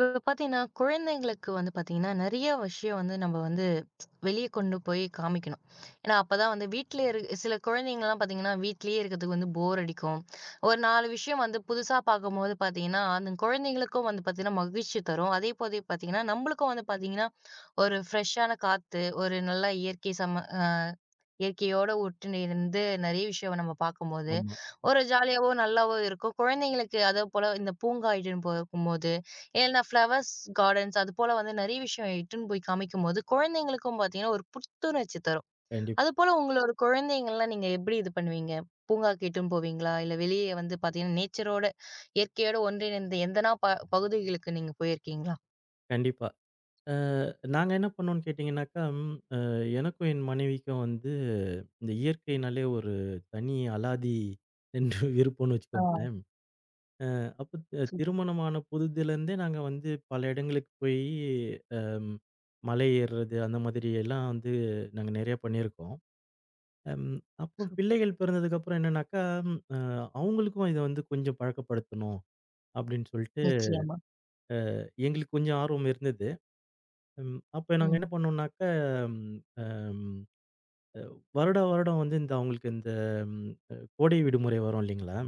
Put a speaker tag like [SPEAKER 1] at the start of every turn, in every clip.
[SPEAKER 1] இப்ப பாத்தீங்கன்னா, குழந்தைங்களுக்கு பாத்தீங்கன்னா, நெறைய விஷயம் நம்ம வெளிய கொண்டு போய் காமிக்கணும். ஏன்னா, அப்பதான் வீட்ல இரு சில குழந்தைங்கலாம் பாத்தீங்கன்னா, வீட்லயே இருக்கிறதுக்கு போர் அடிக்கும். ஒரு 4 விஷயம் புதுசா பார்க்கும்போது பாத்தீங்கன்னா, அந்த குழந்தைங்களுக்கும் பாத்தீங்கன்னா, மகிழ்ச்சி தரும். அதே போல பாத்தீங்கன்னா, நம்மளுக்கும் பாத்தீங்கன்னா, ஒரு ஃப்ரெஷ்ஷான காத்து, ஒரு நல்ல இயற்கை சம அ இயற்கையோட ஒட்டிணைந்து நெறைய விஷயம் நம்ம பார்க்கும்போது,
[SPEAKER 2] ஆமா.
[SPEAKER 1] ஒரு ஜாலியாவோ, நல்லாவோ இருக்கும். குழந்தைங்களுக்கு அதே போல இந்த பூங்கா இட்டுன்னு போகும்போது ஏன்னா ஃப்ளவர்ஸ் கார்டன்ஸ் அதுபோல நெறைய விஷயம் இட்டுன்னு போய் காமிக்கும்போது, குழந்தைங்களுக்கும் பார்த்தீங்கன்னா, ஒரு புத்துணர்ச்சி தரும்.
[SPEAKER 2] கண்டிப்
[SPEAKER 1] அதுபோல உங்களோட குழந்தைங்கலாம் நீங்க எப்படி இது பண்ணுவீங்க? பூங்காக்கு இட்டுன்னு போவீங்களா? இல்ல வெளிய பார்த்தீங்கன்னா, நேச்சரோட இயற்கையோட ஒன்றிணைந்த எந்தனா ப பகுதிகளுக்கு நீங்க போயிருக்கீங்களா?
[SPEAKER 2] கண்டிப்பா. அ நாங்க என்ன பண்ணோம்னு கேட்டீங்கன்னாக்கா, ம் அ எனக்கும் என் மனைவிக்கும் வந்து இந்த இயற்கைனாலே ஒரு தனி அலாதி என்று விருப்பம்னு
[SPEAKER 1] ஆ.
[SPEAKER 2] வச்சுக்கோங்களேன். அப்ப
[SPEAKER 1] சூப்
[SPEAKER 2] திருமணமான புதிதிலருந்தே நாங்க வந்து பல இடங்களுக்கு போயி அம் மலை ஏறுறது அந்த மாதிரி எல்லாம் வந்து நாங்க நெறைய பண்ணியிருக்கோம். அம் அப்போ
[SPEAKER 1] சூப்.
[SPEAKER 2] பிள்ளைகள் பிறந்ததுக்கப்புறம் என்னன்னாக்கா, ம் அ அவங்களுக்கும் இத வந்து கொஞ்சம் பழக்கப்படுத்தணும் அப்படின்னு சொல்லிட்டு
[SPEAKER 1] நிச்சயமா.
[SPEAKER 2] எங்களுக்கு கொஞ்சம் ஆர்வம் இருந்தது. ம். அப்ப நாங்க
[SPEAKER 1] ம்.
[SPEAKER 2] என்ன பண்ணோம்னாக்க, ம் அம் வருடா வருடம் வந்து இந்த அவங்களுக்கு இந்த ம் அ கோடை விடுமுறை வரும் இல்லைங்களா?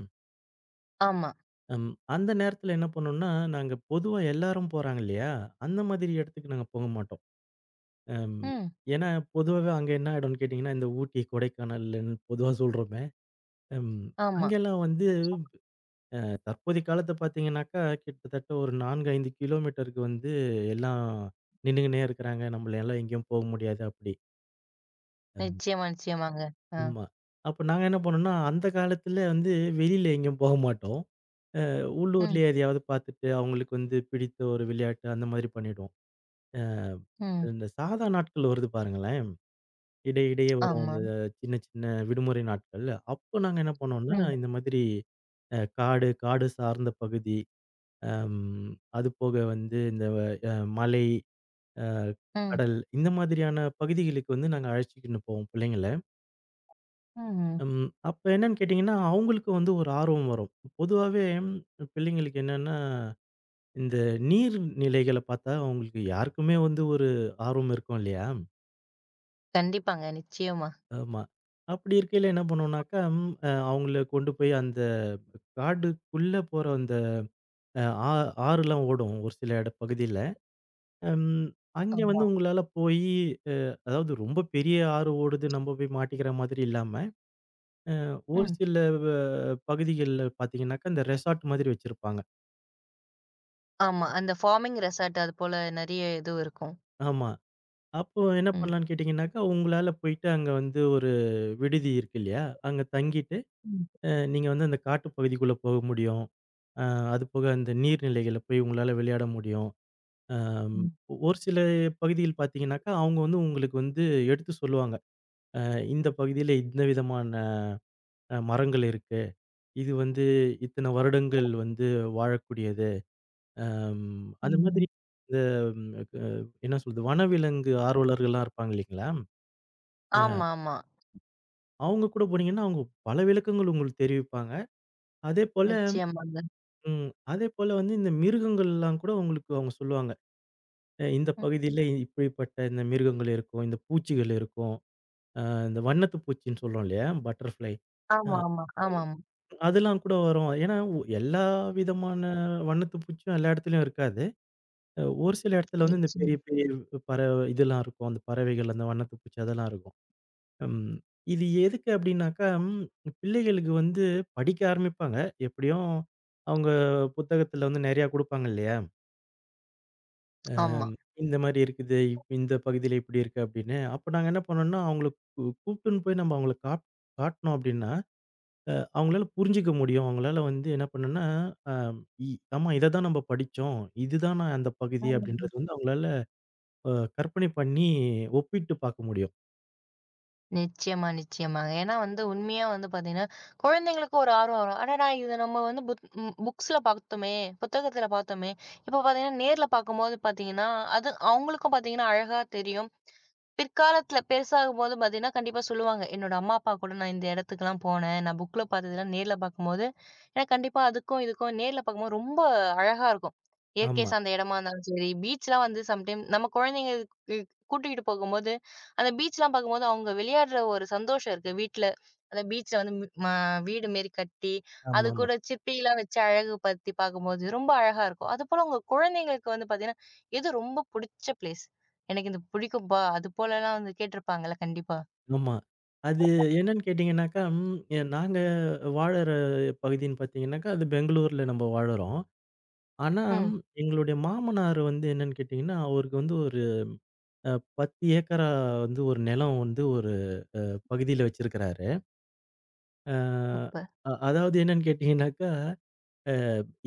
[SPEAKER 1] ஆமா.
[SPEAKER 2] ம் அந்த நேரத்தில என்ன பண்ணோம்னா, நாங்க பொதுவா எல்லாரும் போறாங்க இல்லையா? அந்த மாதிரி இடத்துக்கு நாங்க போக மாட்டோம். அம்
[SPEAKER 1] ம்.
[SPEAKER 2] ஏன்னா பொதுவாவே அங்க என்ன ஆயிடும்னு கேட்டீங்கன்னா, இந்த ஊட்டி, கொடைக்கானல்ன்னு பொதுவா சொல்றோமே, ம்
[SPEAKER 1] ஆமா.
[SPEAKER 2] அங்கெல்லாம் வந்து அ தற்போதைய காலத்த பார்த்தீங்கன்னாக்கா, கிட்டத்தட்ட ஒரு 4, 5 கிலோமீட்டருக்கு வந்து எல்லாம் நின்னுக்குன்னே இருக்கிறாங்க. நம்மள எல்லாம் எங்கேயும் போக முடியாது அப்படி.
[SPEAKER 1] நிச்சயமா, நிச்சயமாங்க. ஆ.
[SPEAKER 2] ஆமா. அப்ப நாங்க என்ன பண்ணோம்னா, அந்த காலத்துல வந்து வெளியில எங்கேயும் போக மாட்டோம். அ
[SPEAKER 1] ம்.
[SPEAKER 2] உள்ளூர்லயே எதையாவது பார்த்துட்டு, அவங்களுக்கு வந்து பிடித்த ஒரு விளையாட்டு அந்த மாதிரி பண்ணிடுவோம்.
[SPEAKER 1] ம்.
[SPEAKER 2] இந்த சாதா நாட்கள் வருது பாருங்களேன். இடையே இடையே வரும்
[SPEAKER 1] ஆமா.
[SPEAKER 2] இந்த சின்ன சின்ன விடுமுறை நாட்கள். அப்போ நாங்க என்ன பண்ணோம்னா,
[SPEAKER 1] ம்.
[SPEAKER 2] இந்த மாதிரி காடு, காடு சார்ந்த பகுதி, அம் அதுபோக வந்து இந்த அ மலை, அ
[SPEAKER 1] ம்.
[SPEAKER 2] கடல் இந்த மாதிரியான பகுதிகளுக்கு வந்து நாங்க அழைச்சுக்கின்னு போவோம் பிள்ளைங்கள.
[SPEAKER 1] ம்.
[SPEAKER 2] ம். அப்ப என்னன்னு கேட்டீங்கன்னா, அவங்களுக்கு வந்து ஒரு ஆர்வம் வரும். பொதுவாவே பிள்ளைங்களுக்கு என்னன்னா, இந்த நீர் நிலைகள பார்த்தா அவங்களுக்கு யாருக்குமே வந்து ஒரு ஆர்வம் இருக்கும் இல்லையா?
[SPEAKER 1] கண்டிப்பாங்க. நிச்சயமா.
[SPEAKER 2] ஆமா. அப்படி இருக்கையில என்ன பண்ணுவோம்னாக்கா, ம் அ அவங்கள கொண்டு போய் அந்த காடுக்குள்ள போற அந்த ஆ ஆறுலாம் ஓடும் ஒரு சில இட பகுதியில. ம். அங்க
[SPEAKER 1] ஆமா.
[SPEAKER 2] வந்து உங்களால போயி அ அதாவது ரொம்ப பெரிய ஆறு ஓடுது, நம்ம போய் மாட்டிக்கிற மாதிரி இல்லாம, ஒரு
[SPEAKER 1] ம்.
[SPEAKER 2] சில வ பகுதிகள்ல பார்த்தீங்கன்னாக்கா, இந்த ரெசார்ட் மாதிரி வச்சிருப்பாங்க.
[SPEAKER 1] ஆமா. அந்த ஃபார்மிங் ரெசார்ட் அது போல நெறைய இது இருக்கும்.
[SPEAKER 2] ஆமா. அப்போ என்ன
[SPEAKER 1] ம்.
[SPEAKER 2] பண்ணலான்னு கேட்டீங்கன்னாக்கா, உங்களால போயிட்டு அங்க வந்து ஒரு விடுதி இருக்கு இல்லையா? அங்க தங்கிட்டு,
[SPEAKER 1] ம்.
[SPEAKER 2] நீங்க வந்து அந்த காட்டு பகுதிக்குள்ள போக முடியும். அ அதுபோக அந்த நீர்நிலைகள்ல போய் உங்களால விளையாட முடியும். அம்
[SPEAKER 1] ம்.
[SPEAKER 2] ஒரு சில பகுதியில் பார்த்தீங்கன்னாக்கா, அவங்க வந்து உங்களுக்கு வந்து எடுத்து சொல்லுவாங்க. அ இந்த பகுதியில இந்த விதமான மரங்கள் இருக்கு. இது வந்து இத்தனை வருடங்கள் வந்து வாழக்கூடியது. அம் அந்த மாதிரி
[SPEAKER 1] ம்.
[SPEAKER 2] இந்த ம் க என்ன சொல்றது? வனவிலங்கு ஆர்வலர்கள்லாம் இருப்பாங்க இல்லைங்களா?
[SPEAKER 1] ஆமா, ஆமா.
[SPEAKER 2] அவங்க கூட போனீங்கன்னா, அவங்க பல விளக்கங்கள் உங்களுக்கு தெரிவிப்பாங்க. அதேபோல
[SPEAKER 1] நிச்சயமாங்க.
[SPEAKER 2] அதேபோல வந்து இந்த மிருகங்கள்லாம் கூட உங்களுக்கு அவங்க சொல்லுவாங்க. இந்த
[SPEAKER 1] ம்.
[SPEAKER 2] பகுதியில இப்படிப்பட்ட இந்த மிருகங்கள் இருக்கும். இந்த பூச்சிகள் இருக்கும். இந்த வண்ணத்து பூச்சின்னு சொல்றோம் இல்லையா? பட்டர்ஃப்ளை. அ
[SPEAKER 1] ஆமா, ஆமா, ஆமாமா.
[SPEAKER 2] அதெல்லாம் கூட வரும். ஏன்னா எல்லா விதமான வண்ணத்து பூச்சியும் எல்லா இடத்துலயும் இருக்காது. ஒரு சில இடத்துல வந்து இந்த பெரிய
[SPEAKER 1] நிச்சயம்.
[SPEAKER 2] பெரிய பறவை இதெல்லாம் இருக்கும். அந்த பறவைகள், அந்த வண்ணத்து பூச்சி அதெல்லாம் இருக்கும். ம். இது எதுக்கு அப்படின்னாக்கா, பிள்ளைகளுக்கு வந்து படிக்க ஆரம்பிப்பாங்க. எப்படியும் அவங்க புத்தகத்துல வந்து நெறையா குடுப்பாங்க இல்லையா?
[SPEAKER 1] ஆமா.
[SPEAKER 2] இந்த மாரி இருக்குது. இந்த பகுதியில இப்படி இருக்கு அப்படின்னு. அப்ப நாங்க என்ன பண்ணோம்னா, அவங்கள கூப்ட்டுன்னு போய் நம்ம அவங்கள காட்னோம் அப்படின்னா, அவங்களால புரிஞ்சுக்க முடியும். அவங்களால வந்து என்ன பண்ணும்னா, அ இ ஆமா இத தான் நம்ம படிச்சோம். இதுதானா அந்த பகுதி
[SPEAKER 1] ஆமாங்க.
[SPEAKER 2] அப்படின்றது வந்து அவங்களால அ கற்பனை பண்ணி ஒப்பிட்டு பார்க்க முடியும்.
[SPEAKER 1] நிச்சயமா, நிச்சயமாங்க. ஏன்னா உண்மையா பார்த்தீங்கன்னா, குழந்தைங்களுக்கு ஒரு ஆர்வம் வரும். அடடா! இது நம்ம வந்து புத் ம் புக்ஸ்ல பார்த்தோமே, புத்தகத்துல பார்த்தோமே. இப்ப பார்த்தீங்கன்னா, நேர்ல பார்க்கும்போது பார்த்தீங்கன்னா, அது அவங்களுக்கும் பார்த்தீங்கன்னா அழகா தெரியும். பிற்காலத்துல பெருசாகும்போது பார்த்தீங்கன்னா, கண்டிப்பா சொல்லுவாங்க. என்னோட அம்மா, அப்பா கூட நான் இந்த இடத்துக்குலாம் போனேன். நான் புக்ல பார்த்ததெல்லாம் நேர்ல பார்க்கும்போது, எனக்கு கண்டிப்பா அதுக்கும், இதுக்கும் நேர்ல பார்க்கும்போது ரொம்ப அழகா இருக்கும். இயற்கை
[SPEAKER 2] ஆமா.
[SPEAKER 1] சார்ந்த இடமா இருந்தாலும் சரி, பீச்லாம் சம்டைம் நம்ம குழந்தைங்க கு கூட்டிக்கிட்டு போகும்போது, அந்த பீச்லாம் பார்க்கும்போது அவங்க விளையாடுற ஒரு சந்தோஷம் இருக்கு. வீட்ல அந்த பீச்ல வந்து மி- ம வீடு மாரி கட்டி, அது
[SPEAKER 2] ஆமாமா.
[SPEAKER 1] கூட சிப்பிலாம் வச்சு அழகு படுத்தி பார்க்கும்போது ரொம்ப அழகா இருக்கும். அதுபோல உங்க குழந்தைங்களுக்கு பார்த்தீங்கன்னா, எது ரொம்ப புடிச்ச பிளேஸ்? எனக்கு இது பிடிக்கும்பா. அது போலலாம் கேட்டிருப்பாங்கல்ல கண்டிப்பா.
[SPEAKER 2] ஆமா. அது என்னன்னு கேட்டீங்கன்னாக்கா, ம் எ நாங்க வாழற பகுதின்னு பார்த்தீங்கன்னாக்கா, அது பெங்களூர்ல நம்ம வாழுறோம். ஆனா,
[SPEAKER 1] ம்.
[SPEAKER 2] எங்களுடைய மாமனார் வந்து என்னன்னு கேட்டீங்கன்னா, அவருக்கு வந்து ஒரு அ 10 ஏக்கரா வந்து ஒரு நிலம் வந்து ஒரு அ பகுதியில வச்சிருக்கிறாரு. அ
[SPEAKER 1] அப்ப.
[SPEAKER 2] அ அதாவது என்னன்னு கேட்டீங்கன்னாக்கா, அ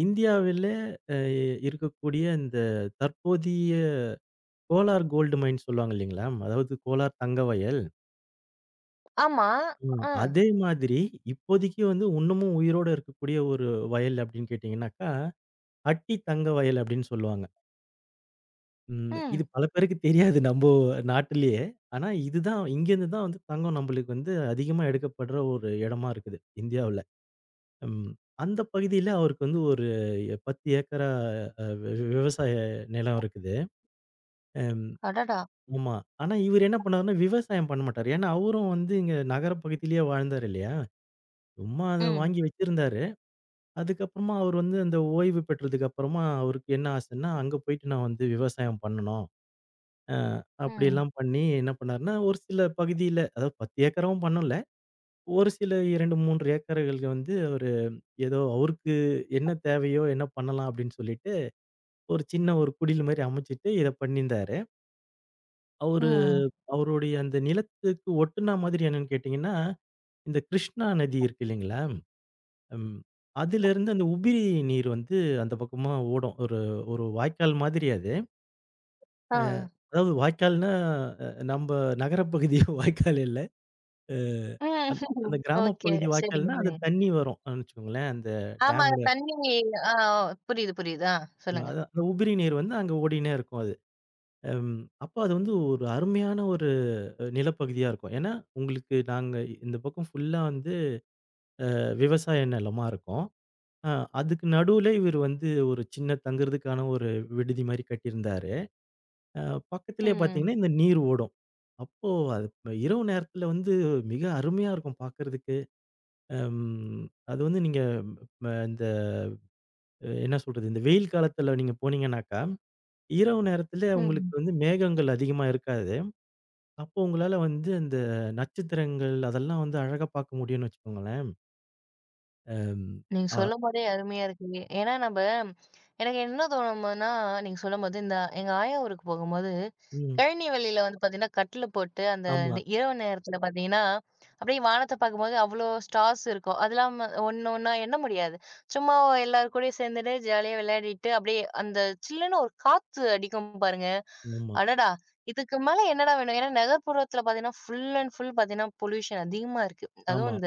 [SPEAKER 2] இந்தியாவிலே அ இருக்கக்கூடிய இந்த தற்போதைய கோலார் கோல்டு மைன் சொல்லுவாங்க இல்லீங்களா? அதாவது கோலார் தங்க வயல்.
[SPEAKER 1] ஆமா.
[SPEAKER 2] ம்.
[SPEAKER 1] ஆ.
[SPEAKER 2] அதே மாதிரி இப்போதைக்கு வந்து இன்னமும் உயிரோட இருக்கக்கூடிய ஒரு வயல் அப்படின்னு கேட்டீங்கன்னாக்கா, அட்டி தங்க வயல் அப்படின்னு சொல்லுவாங்க. ம்.
[SPEAKER 1] ம்.
[SPEAKER 2] இது பல பேருக்கு தெரியாது நம்போ நாட்டிலேயே. ஆனா இதுதான் இங்கேருந்து தான் வந்து தங்கம் நம்மளுக்கு வந்து அதிகமா எடுக்கப்படுற ஒரு இடமா இருக்குது இந்தியாவுல. ம். அந்த பகுதியில அவருக்கு வந்து ஒரு 10 ஏக்கரா விவசாய நிலம் இருக்குது. அம்
[SPEAKER 1] அடடா!
[SPEAKER 2] ஆமா. ஆனா இவரு என்ன பண்ணாருன்னா விவசாயம் பண்ண மாட்டாரு. ஏன்னா அவரும் வந்து இங்க நகர பகுதியிலேயே வாழ்ந்தாரு இல்லையா? சும்மா அத
[SPEAKER 1] ம்.
[SPEAKER 2] வாங்கி வச்சிருந்தாரு. அதுக்கப்புறமா அவர் வந்து அந்த ஓய்வு பெற்றதுக்கு அப்புறமா அவருக்கு என்ன ஆசைன்னா, அங்க போயிட்டு நான் வந்து விவசாயம் பண்ணணும்.
[SPEAKER 1] ம்.
[SPEAKER 2] அப்படியெல்லாம் பண்ணி என்ன பண்ணாருன்னா, ஒரு சில பகுதியில அதாவது 10 ஏக்கராவும் பண்ணல. ஒரு சில 2, 3 ஏக்கர்கள் வந்து அவரு ஏதோ அவருக்கு என்ன தேவையோ, என்ன பண்ணலாம் அப்படின்னு சொல்லிட்டு, ஒரு சின்ன ஒரு குடில் மாரி அமைச்சுட்டு இத பண்ணியிருந்தாரு. அவரு
[SPEAKER 1] ம்.
[SPEAKER 2] அவருடைய அந்த நிலத்துக்கு ஒட்டுனா மாதிரி என்னன்னு கேட்டீங்கன்னா, இந்த கிருஷ்ணா நதி இருக்கு இல்லைங்களா? ம். அதிலிருந்து அந்த உபிரி நீர் வந்து அந்த பக்கமா ஓடும். ஒரு ஒரு வாய்க்கால் மாதிரி அது.
[SPEAKER 1] ஆ.
[SPEAKER 2] அதாவது வாய்க்கால்னா, அ நம்ப நகரப் பகுதி வாய்க்கால் இல்ல. அந்
[SPEAKER 1] ம்.
[SPEAKER 2] அந்த கிராமப்
[SPEAKER 1] ஓகே.
[SPEAKER 2] பகுதி
[SPEAKER 1] சரிங்க.
[SPEAKER 2] வாய்க்கால்னா, அந்த
[SPEAKER 1] சரிங்க.
[SPEAKER 2] தண்ணி வரும் வச்சுக்கோங்களேன். அந்த
[SPEAKER 1] ஆமா.
[SPEAKER 2] டேம்ல
[SPEAKER 1] தண்ணி ஆ புரியுது, புரியுது. ஆ
[SPEAKER 2] இருக்கும்.
[SPEAKER 1] சொல்லுங்க.
[SPEAKER 2] அது அந்த உபரி நீர் வந்து அங்க ஓடினே இருக்கும் அது. அப்ப அது வந்து ஒரு அருமையான ஒரு நிலப்பகுதியா இருக்கும். ஏன்னா, உங்களுக்கு நாங்க இந்த பக்கம் ஃபுல்லா வந்து விவசாய நிலமா இருக்கும். அ அதுக்கு நடுவுல இவரு வந்து ஒரு சின்ன தங்குறதுக்கான ஒரு விடுதி மாரி கட்டியிருந்தாரு. அ பக்கத்திலேயே
[SPEAKER 1] ம்.
[SPEAKER 2] பார்த்தீங்கன்னா, இந்த நீர் ஓடும். அப்போ அது இரவு நேரத்தில வந்து மிக அருமையா இருக்கும் பார்க்கறதுக்கு. அம், அது வந்து நீங்க ம இந்த என்ன சொல்றது? இந்த வெயில் காலத்துல நீங்க போனீங்கன்னாக்கா, இரவு நேரத்துல உங்களுக்கு
[SPEAKER 1] ம்.
[SPEAKER 2] வந்து மேகங்கள் அதிகமா இருக்காது. அப்போ உங்களால வந்து அந்த நட்சத்திரங்கள் அதெல்லாம் வந்து அழகா பார்க்க முடியும்னு வச்சுக்கோங்களேன். அம்,
[SPEAKER 1] நீங்க
[SPEAKER 2] ஆ,
[SPEAKER 1] சொல்லும்போதே அருமையா இருக்கு. ஏன்னா நம்ப எனக்கு என்ன தோணும்னா, நீங்க சொல்லும்போது இந்த எங்க ஆயா ஊருக்கு போகும்போது,
[SPEAKER 2] ம்.
[SPEAKER 1] கழனி வழியில பார்த்தீங்கன்னா, கட்டில் போட்டு அந்த
[SPEAKER 2] ஆமா,
[SPEAKER 1] இரவு நேரத்தில பார்த்தீங்கன்னா, அப்படியே வானத்த பார்க்கும்போது அவ்வளோ ஸ்டார்ஸ் இருக்கும். அதெல்லாம் ஒண்ணு ஒண்ணா எண்ண முடியாது. சும்மா எல்லார் கூடயும் சேர்ந்துட்டு ஜாலியா விளையாடிட்டு, அப்படியே அந்த சில்லுன்னு ஒரு காத்து அடிக்கும் பாருங்க.
[SPEAKER 2] ஆமா,
[SPEAKER 1] அடடா! இதுக்கு மேல என்னடா வேணும்? ஏன்னா நகர்ப்புறத்தில பார்த்தீங்கன்னா, ஃபுல் அண்ட் ஃபுல் பார்த்தீங்கன்னா, பொல்யூஷன் அதிகமா இருக்கு.
[SPEAKER 2] ஆமா,
[SPEAKER 1] அதுவும்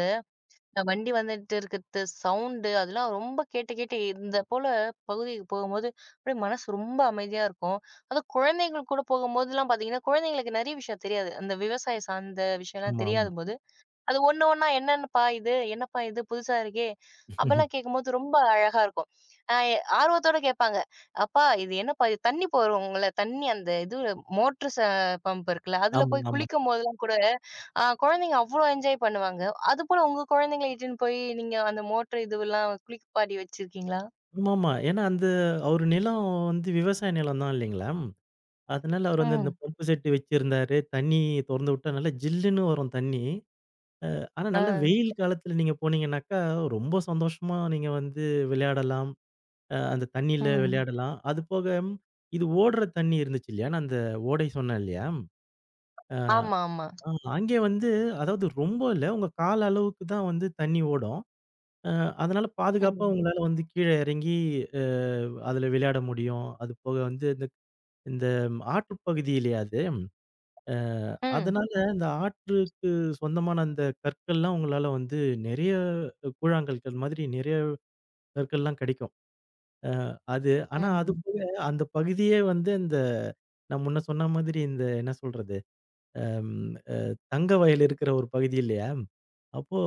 [SPEAKER 1] இந்த வண்டி வந்துட்டு இருக்கிறது சவுண்டு அதெல்லாம் ரொம்ப கேட்டு கேட்டு இந்த போல பகுதிக்கு போகும்போது அப்படியே மனசு ரொம்ப அமைதியா இருக்கும். அதுவும் குழந்தைகள் கூட போகும்போதெல்லாம் பார்த்தீங்கன்னா, குழந்தைங்களுக்கு நெறைய விஷயம் தெரியாது. அந்த விவசாயம் சார்ந்த விஷயம்லாம்
[SPEAKER 2] ஆமா,
[SPEAKER 1] தெரியாத
[SPEAKER 2] ஆமா.
[SPEAKER 1] போது, அது ஒண்ணு ஒண்ணா "என்னன்னப்பா இது? என்னப்பா இது? புதுசா இருக்கே!" அப்பல்லாம் கேட்கும்போது ரொம்ப அழகா இருக்கும். அ ஆர்வத்தோட கேட்பாங்க. "அப்பா இது என்னப்பா இது?" தண்ணி போடுவோம்ல, தண்ணி அந்த இது மோட்டர் ச பம்ப் இருக்குல்ல, அதுல
[SPEAKER 2] ஆமா,
[SPEAKER 1] போய்
[SPEAKER 2] ஆமா.
[SPEAKER 1] குளிக்கும்போதெல்லாம் கூட, அ குழந்தைங்க அவ்ளோ என்ஜாய் பண்ணுவாங்க. அதுபோல உங்க குழந்தைங்கள இட்டுன்னு போய் நீங்க அந்த மோட்டர் இதுவெல்லாம் குளிப்பாட்டி வச்சிருக்கீங்களா?
[SPEAKER 2] ஆமாமா. ஏன்னா அந்த அவரு நிலம் வந்து விவசாய நிலம் தான் இல்லைங்களா? அதனால அவரு வந்து அந்த
[SPEAKER 1] ம்.
[SPEAKER 2] பம்பு செட் வச்சிருந்தாரு. தொறந்து விட்டா நல்லா ஜில்லுன்னு வரும் தண்ணி. ஆனா,
[SPEAKER 1] ஆ.
[SPEAKER 2] நல்ல வெயில் காலத்துல நீங்க போனீங்கன்னாக்கா, ரொம்ப சந்தோஷமா நீங்க வந்து விளையாடலாம். அந்த தண்ணீல
[SPEAKER 1] ம்.
[SPEAKER 2] விளையாடலாம். அதுபோக இது ஓடுற தண்ணி இருந்துச்சு இல்லையா? நான் அந்த ஓடை சொன்னேன் இல்லையா? அ
[SPEAKER 1] ஆமா, ஆமா.
[SPEAKER 2] ஆ அங்கே வந்து அதாவது ரொம்ப இல்ல. உங்க கால் அளவுக்கு தான் வந்து தண்ணி ஓடும். அ அதனால பாதுகாப்பா
[SPEAKER 1] ம்.
[SPEAKER 2] உங்களால வந்து கீழ இறங்கி அ அதுல விளையாட முடியும். அதுபோக வந்து இந்த இந்த ஆற்று பகுதி இல்லையா அது? அ
[SPEAKER 1] ம்.
[SPEAKER 2] அதனால இந்த ஆற்றுக்கு சொந்தமான அந்த கற்கள்லாம் உங்களால வந்து நெறைய கூழாங்கற்கள் மாதிரி நெறைய கற்கள்லாம் கிடைக்கும். அ அது ஆனா அது
[SPEAKER 1] ம்.
[SPEAKER 2] போக அந்த பகுதியே வந்து இந்த நான் முன்ன சொன்ன மாதிரி இந்த என்ன சொல்றது? அம் அ தங்க வயல் இருக்கிற ஒரு பகுதி இல்லையா? அப்போ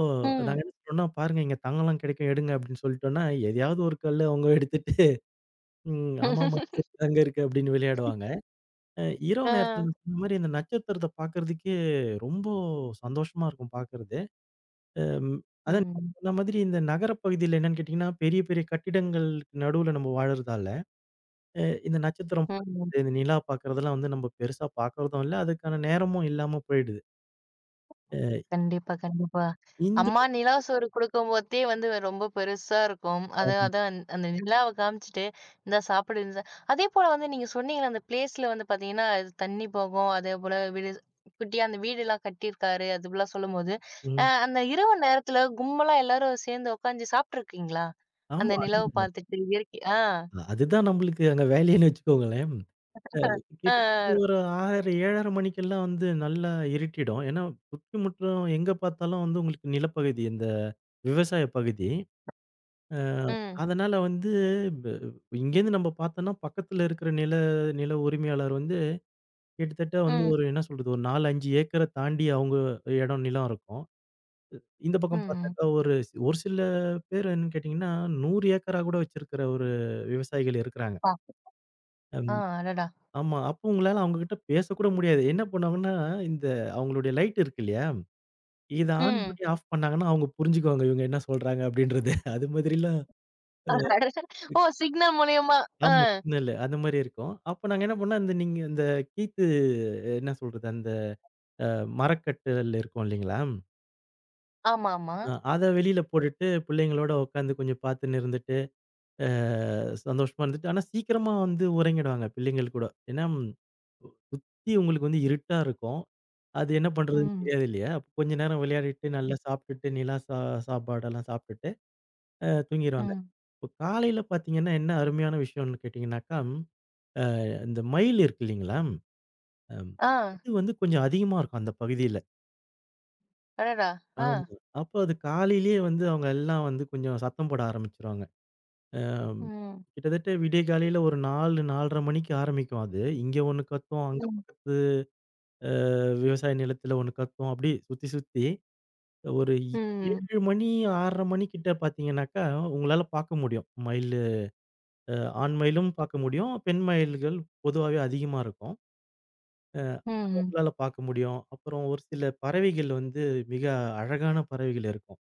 [SPEAKER 2] நாங்க
[SPEAKER 1] ம்.
[SPEAKER 2] என்ன சொன்னோம்னா, "பாருங்க இங்க தங்கலாம் கிடைக்கும் எடுங்க" அப்படின்னு சொல்லிட்டோம்னா, எதையாவது ஒரு கல்ல அவங்க எடுத்துட்டு, "ம் ஆமாமா இங்கயே தங்கம் இருக்கு" அப்படின்னு விளையாடுவாங்க. அ இரவு நேரத்துல
[SPEAKER 1] ஆ.
[SPEAKER 2] நீங்க சொன்ன மாரி இந்த நட்சத்திரத்த பார்க்கறதுக்கே ரொம்ப சந்தோஷமா இருக்கும் பார்க்கறது. அம் அதான் நீங்க
[SPEAKER 1] ம்.
[SPEAKER 2] சொன்ன மாதிரி இந்த நகர பகுதியில என்னன்னு கேட்டீங்கன்னா, பெரிய பெரிய கட்டிடங்களுக்கு நடுவுல நம்ம வாழறதால, அ இந்த நட்சத்திரம்
[SPEAKER 1] ம்.
[SPEAKER 2] பார்க்கறது, இந்த நிலா பார்க்கறதெல்லாம் வந்து நம்ம பெருசா பார்க்கறதும் இல்ல. அதுக்கான நேரமும் இல்லாம போயிடுது. அ
[SPEAKER 1] கண்டிப்பா, கண்டிப்பா.
[SPEAKER 2] இந்த
[SPEAKER 1] அம்மா நிலா சோறு குடுக்கும்போதே ரொம்ப பெருசா இருக்கும். அது
[SPEAKER 2] ஆமா.
[SPEAKER 1] அதான் அந்த நிலாவ காமிச்சுட்டு, "இந்தா சாப்பிடு." இந்தா அதேபோல நீங்க சொன்னீங்கல்ல, அந்த பிளேஸ்ல பார்த்தீங்கன்னா, அது தண்ணி போகும். அதேபோல வீடு குட்டியா அந்த வீடுலாம் கட்டியிருக்காரு. அதுபோலாம் சொல்லும்போது, அ
[SPEAKER 2] ம்.
[SPEAKER 1] அந்த இரவு நேரத்துல கும்பலா எல்லாரும் சேர்ந்து உட்காந்து சாப்ட்டுருக்கீங்களா? அந்த
[SPEAKER 2] ஆமா.
[SPEAKER 1] நிலவ
[SPEAKER 2] அது-
[SPEAKER 1] பார்த்துட்டு இயற்கை ஆ.
[SPEAKER 2] அதுதான் நம்மளுக்கு அங்க வேலைன்னு வச்சுக்கோங்களேன். அ கிட்டத்தட்ட
[SPEAKER 1] ஆ,
[SPEAKER 2] ஒரு 6, 7:30 மணிக்கெல்லாம் வந்து நல்லா இருட்டிடும். ஏன்னா, சுற்றி முற்றும் எங்க பார்த்தாலும் வந்து உங்களுக்கு நிலப்பகுதி, இந்த விவசாய பகுதி. அ
[SPEAKER 1] ம்,
[SPEAKER 2] அதனால வந்து ப இங்கேருந்து நம்ம பார்த்தோம்னா, பக்கத்துல இருக்கிற நில நில உரிமையாளர் வந்து கிட்டத்தட்ட வந்து
[SPEAKER 1] ம்,
[SPEAKER 2] ஒரு என்ன சொல்றது, ஒரு 4, 5 ஏக்கர தாண்டி அவங்க இடம், நிலம் இருக்கும். இந்த பக்கம்
[SPEAKER 1] ம்.
[SPEAKER 2] பார்த்தாக்கா ஒரு சில பேர் என்னன்னு கேட்டீங்கன்னா, 100 ஏக்கரா கூட வச்சிருக்கிற ஒரு விவசாயிகள் இருக்கிறாங்க.
[SPEAKER 1] பா ஆ அடடா!
[SPEAKER 2] ஆமா. அப்போ உங்களால அவங்ககிட்ட பேசக்கூட முடியாது. என்ன பண்ணுவாங்கன்னா, இந்த அவங்களுடைய லைட் இருக்கு இல்லையா? இத ஆன்
[SPEAKER 1] ம்.
[SPEAKER 2] பண்ணி ஆஃப் பண்ணாங்கன்னா, அவங்க புரிஞ்சுக்குவாங்க இவங்க என்ன சொல்றாங்க அப்படின்றது. அது மாதிரிலாம்
[SPEAKER 1] அட- ஓ சிக்னல் மூலியமா. ஆ.
[SPEAKER 2] ஆமா சிக்னலு அந்த மாரி இருக்கும். அப்ப நாங்க என்ன பண்ணோம், அந்த நீங்க இந்த கீத்து என்ன சொல்றது, அந்த அ மரக்கட்டில் இருக்கும் இல்லைங்களா?
[SPEAKER 1] ஆமாமா.
[SPEAKER 2] அத வெளியில போட்டுட்டு பிள்ளைங்களோட உட்காந்து கொஞ்சம் பார்த்துன்னு இருந்துட்டு, அ சந்தோஷமா இருந்துட்டு, ஆனா சீக்கிரமா வந்து உறங்கிடுவாங்க பிள்ளைங்கள் கூட. ஏன்னா சுத்தி உங்களுக்கு வந்து இருட்டா இருக்கும். அது என்ன பண்றதுன்னு
[SPEAKER 1] ம்.
[SPEAKER 2] தெரியாது இல்லையா? அப்ப கொஞ்ச நேரம் விளையாடிட்டு,
[SPEAKER 1] ம்.
[SPEAKER 2] நல்லா சாப்பிட்டுட்டு, நிலா சா சாப்பாடெல்லாம் சாப்பிட்டுட்டு, தூங்கிருவாங்க.
[SPEAKER 1] ம்.
[SPEAKER 2] இப்போ காலையில பார்த்தீங்கன்னா, என்ன அருமையான விஷயம்னு கேட்டீங்கன்னாக்கா, அ இந்த மயில் இருக்கு இல்லைங்களா? அம்
[SPEAKER 1] ஆ.
[SPEAKER 2] அது வந்து கொஞ்சம் அதிகமா இருக்கும் அந்த பகுதியில.
[SPEAKER 1] அடடா! ஆ.
[SPEAKER 2] ஆமா. அப்போ அது காலையிலேயே வந்து அவங்க எல்லாம் வந்து கொஞ்சம் சத்தம் போட ஆரம்பிச்சுருவாங்க. அம்
[SPEAKER 1] ம்.
[SPEAKER 2] கிட்டத்தட்ட விடிய காலையில ஒரு 4, 4:30 மணிக்கு ஆரம்பிக்கும் அது. இங்க ஒண்ணு கத்தும், அங்க
[SPEAKER 1] ம்.
[SPEAKER 2] பக்கத்து அ விவசாய நிலத்தில ஒண்ணு கத்தும். அப்படி சுத்தி சுத்தி ஒரு
[SPEAKER 1] ம்.
[SPEAKER 2] 7 மணி 6:30 மணிக்கிட்ட பார்த்தீங்கன்னாக்கா, உங்களால பார்க்க முடியும். மயிலு அ ஆண் மயிலும் பார்க்க முடியும். பெண் மயில்கள் பொதுவாவே அதிகமா இருக்கும். அ அது
[SPEAKER 1] ம்.
[SPEAKER 2] உங்களால பார்க்க முடியும். அப்புறம் ஒரு சில பறவைகள் வந்து மிக அழகான பறவைகள் இருக்கும்.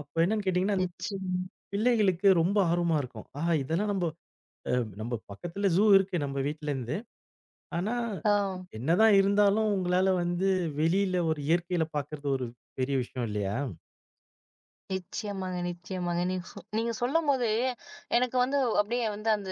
[SPEAKER 2] அப்ப என்னன்னு கேட்டீங்கன்னா, அந்த
[SPEAKER 1] நிச்சயமா.
[SPEAKER 2] பிள்ளைகளுக்கு ரொம்ப ஆர்வமா இருக்கும். ஆஹா! இதெல்லாம் அ நம்ப பக்கத்துல ஜூ இருக்கு நம்ம வீட்லருந்து. ஆனா,
[SPEAKER 1] ஆ.
[SPEAKER 2] என்னதான் இருந்தாலும் உங்களால வந்து வெளியில ஒரு இயற்கையில பார்க்கறது ஒரு பெரிய விஷயம் இல்லையா?
[SPEAKER 1] நிச்சயமாங்க, நிச்சயமாங்க. நீங்க சொல்லும்போது, எனக்கு அப்படியே அந்த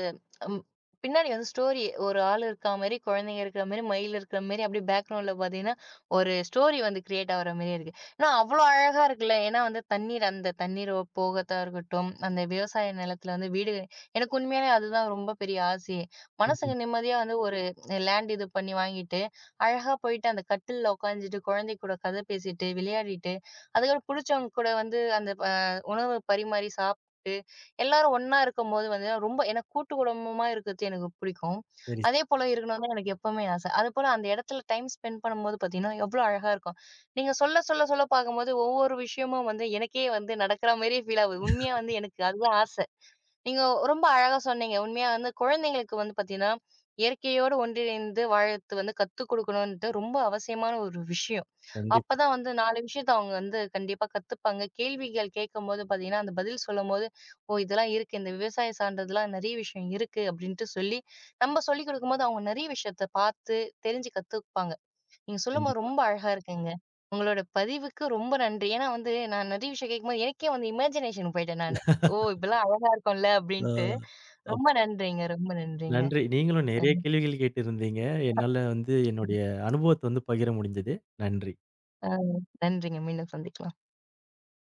[SPEAKER 1] ம் பின்னாடி ஸ்டோரி ஒரு ஆள் இருக்கா மாரி, குழந்தைங்க இருக்கிற மாரி, மயில் இருக்கிற மாரி, அப்படியே பேக்ரவுண்ட்ல பார்த்தீங்கன்னா, ஒரு ஸ்டோரி கிரியேட் ஆகுற மாரியே இருக்கு. ஏன்னா அவ்வளோ அழகா இருக்குல்ல. ஏன்னா தண்ணீர் அந்த போகத்தா இருக்கட்டும், அந்த விவசாய நிலத்தில வீடு எனக்கு உண்மையாலே அதுதான் ரொம்ப பெரிய ஆசையே.
[SPEAKER 2] ம்.
[SPEAKER 1] மனசுக்கு நிம்மதியா ஒரு லேண்ட் இது பண்ணி வாங்கிட்டு, அழகா போயிட்டு அந்த கட்டில்ல உட்காந்துட்டு, குழந்தை கூட கதை பேசிட்டு, விளையாடிட்டு அதுக்கப்புறம் புடிச்சவங்க கூட வந்து அந்த ப உணவு பரிமாறி சாப்பிட்டு, எல்லாரும் ஒண்ணா இருக்கும்போது ரொம்ப ஏன்னா கூட்டு குடும்பமா இருக்கிறது எனக்கு பிடிக்கும்.
[SPEAKER 2] சரி, சரி.
[SPEAKER 1] அதேபோல இருக்கணும்னு தான் எனக்கு எப்பவுமே ஆசை. அதுபோல அந்த இடத்துல டைம் ஸ்பெண்ட் பண்ணும்போது பார்த்தீங்கன்னா, எவ்வளோ அழகா இருக்கும். நீங்க சொல்ல சொல்ல சொல்ல பார்க்கும்போது, ஒவ்வொரு விஷயமும் எனக்கே நடக்கிற மாரியே ஃபீல் ஆகுது. உண்மையா எனக்கு அதுதான் ஆசை. நீங்க ரொம்ப அழகா சொன்னீங்க. உண்மையா குழந்தைங்களுக்கு பார்த்தீங்கன்னா, இயற்கையோடு ஒன்றிணைந்து வாழறது கத்துக் குடுக்கணும்ன்றது ரொம்ப அவசியமான ஒரு விஷயம்.
[SPEAKER 2] கண்டிப்பா,
[SPEAKER 1] அப்பதான் 4 விஷயத்த அவங்க கண்டிப்பா கத்துப்பாங்க. கேள்விகள் கேட்கும்போது பார்த்தீங்கன்னா, அந்த பதில் சொல்லும்போது, "ஓ! இதெல்லாம் இருக்கு. இந்த விவசாயம் சார்ந்ததுலாம் நெறைய விஷயம் இருக்கு." அப்படின்ட்டு சொல்லி, நம்ம சொல்லிக் குடுக்கும்போது அவங்க நெறைய விஷயத்த பார்த்து, தெரிஞ்சு கத்துப்பாங்க. நீங்க சொல்லும்போது
[SPEAKER 2] கண்டிப்பா.
[SPEAKER 1] ரொம்ப அழகா இருக்குங்க. உங்களோட பதிவுக்கு ரொம்ப நன்றி. ஏன்னா நான் நிறைய விஷயம் கேட்கும்போது எனக்கே இமேஜினேஷன் போயிட்டேன் நானு. ஓ! இப்படிலாம் அழகா இருக்கும்ல
[SPEAKER 2] அ.
[SPEAKER 1] அப்படின்ட்டு.
[SPEAKER 2] ஆமா.
[SPEAKER 1] ரொம்ப நன்றிங்க, ரொம்ப நன்றிங்க.
[SPEAKER 2] நன்றி. நீங்களும் நெறைய
[SPEAKER 1] ம்.
[SPEAKER 2] கேள்விகள் கேட்டிருந்தீங்க. என்னால வந்து என்னுடைய அனுபவத்த வந்து பகிர முடிஞ்சது. நன்றி.
[SPEAKER 1] ஆ நன்றிங்க. மீண்டும் சந்திக்கலாம்.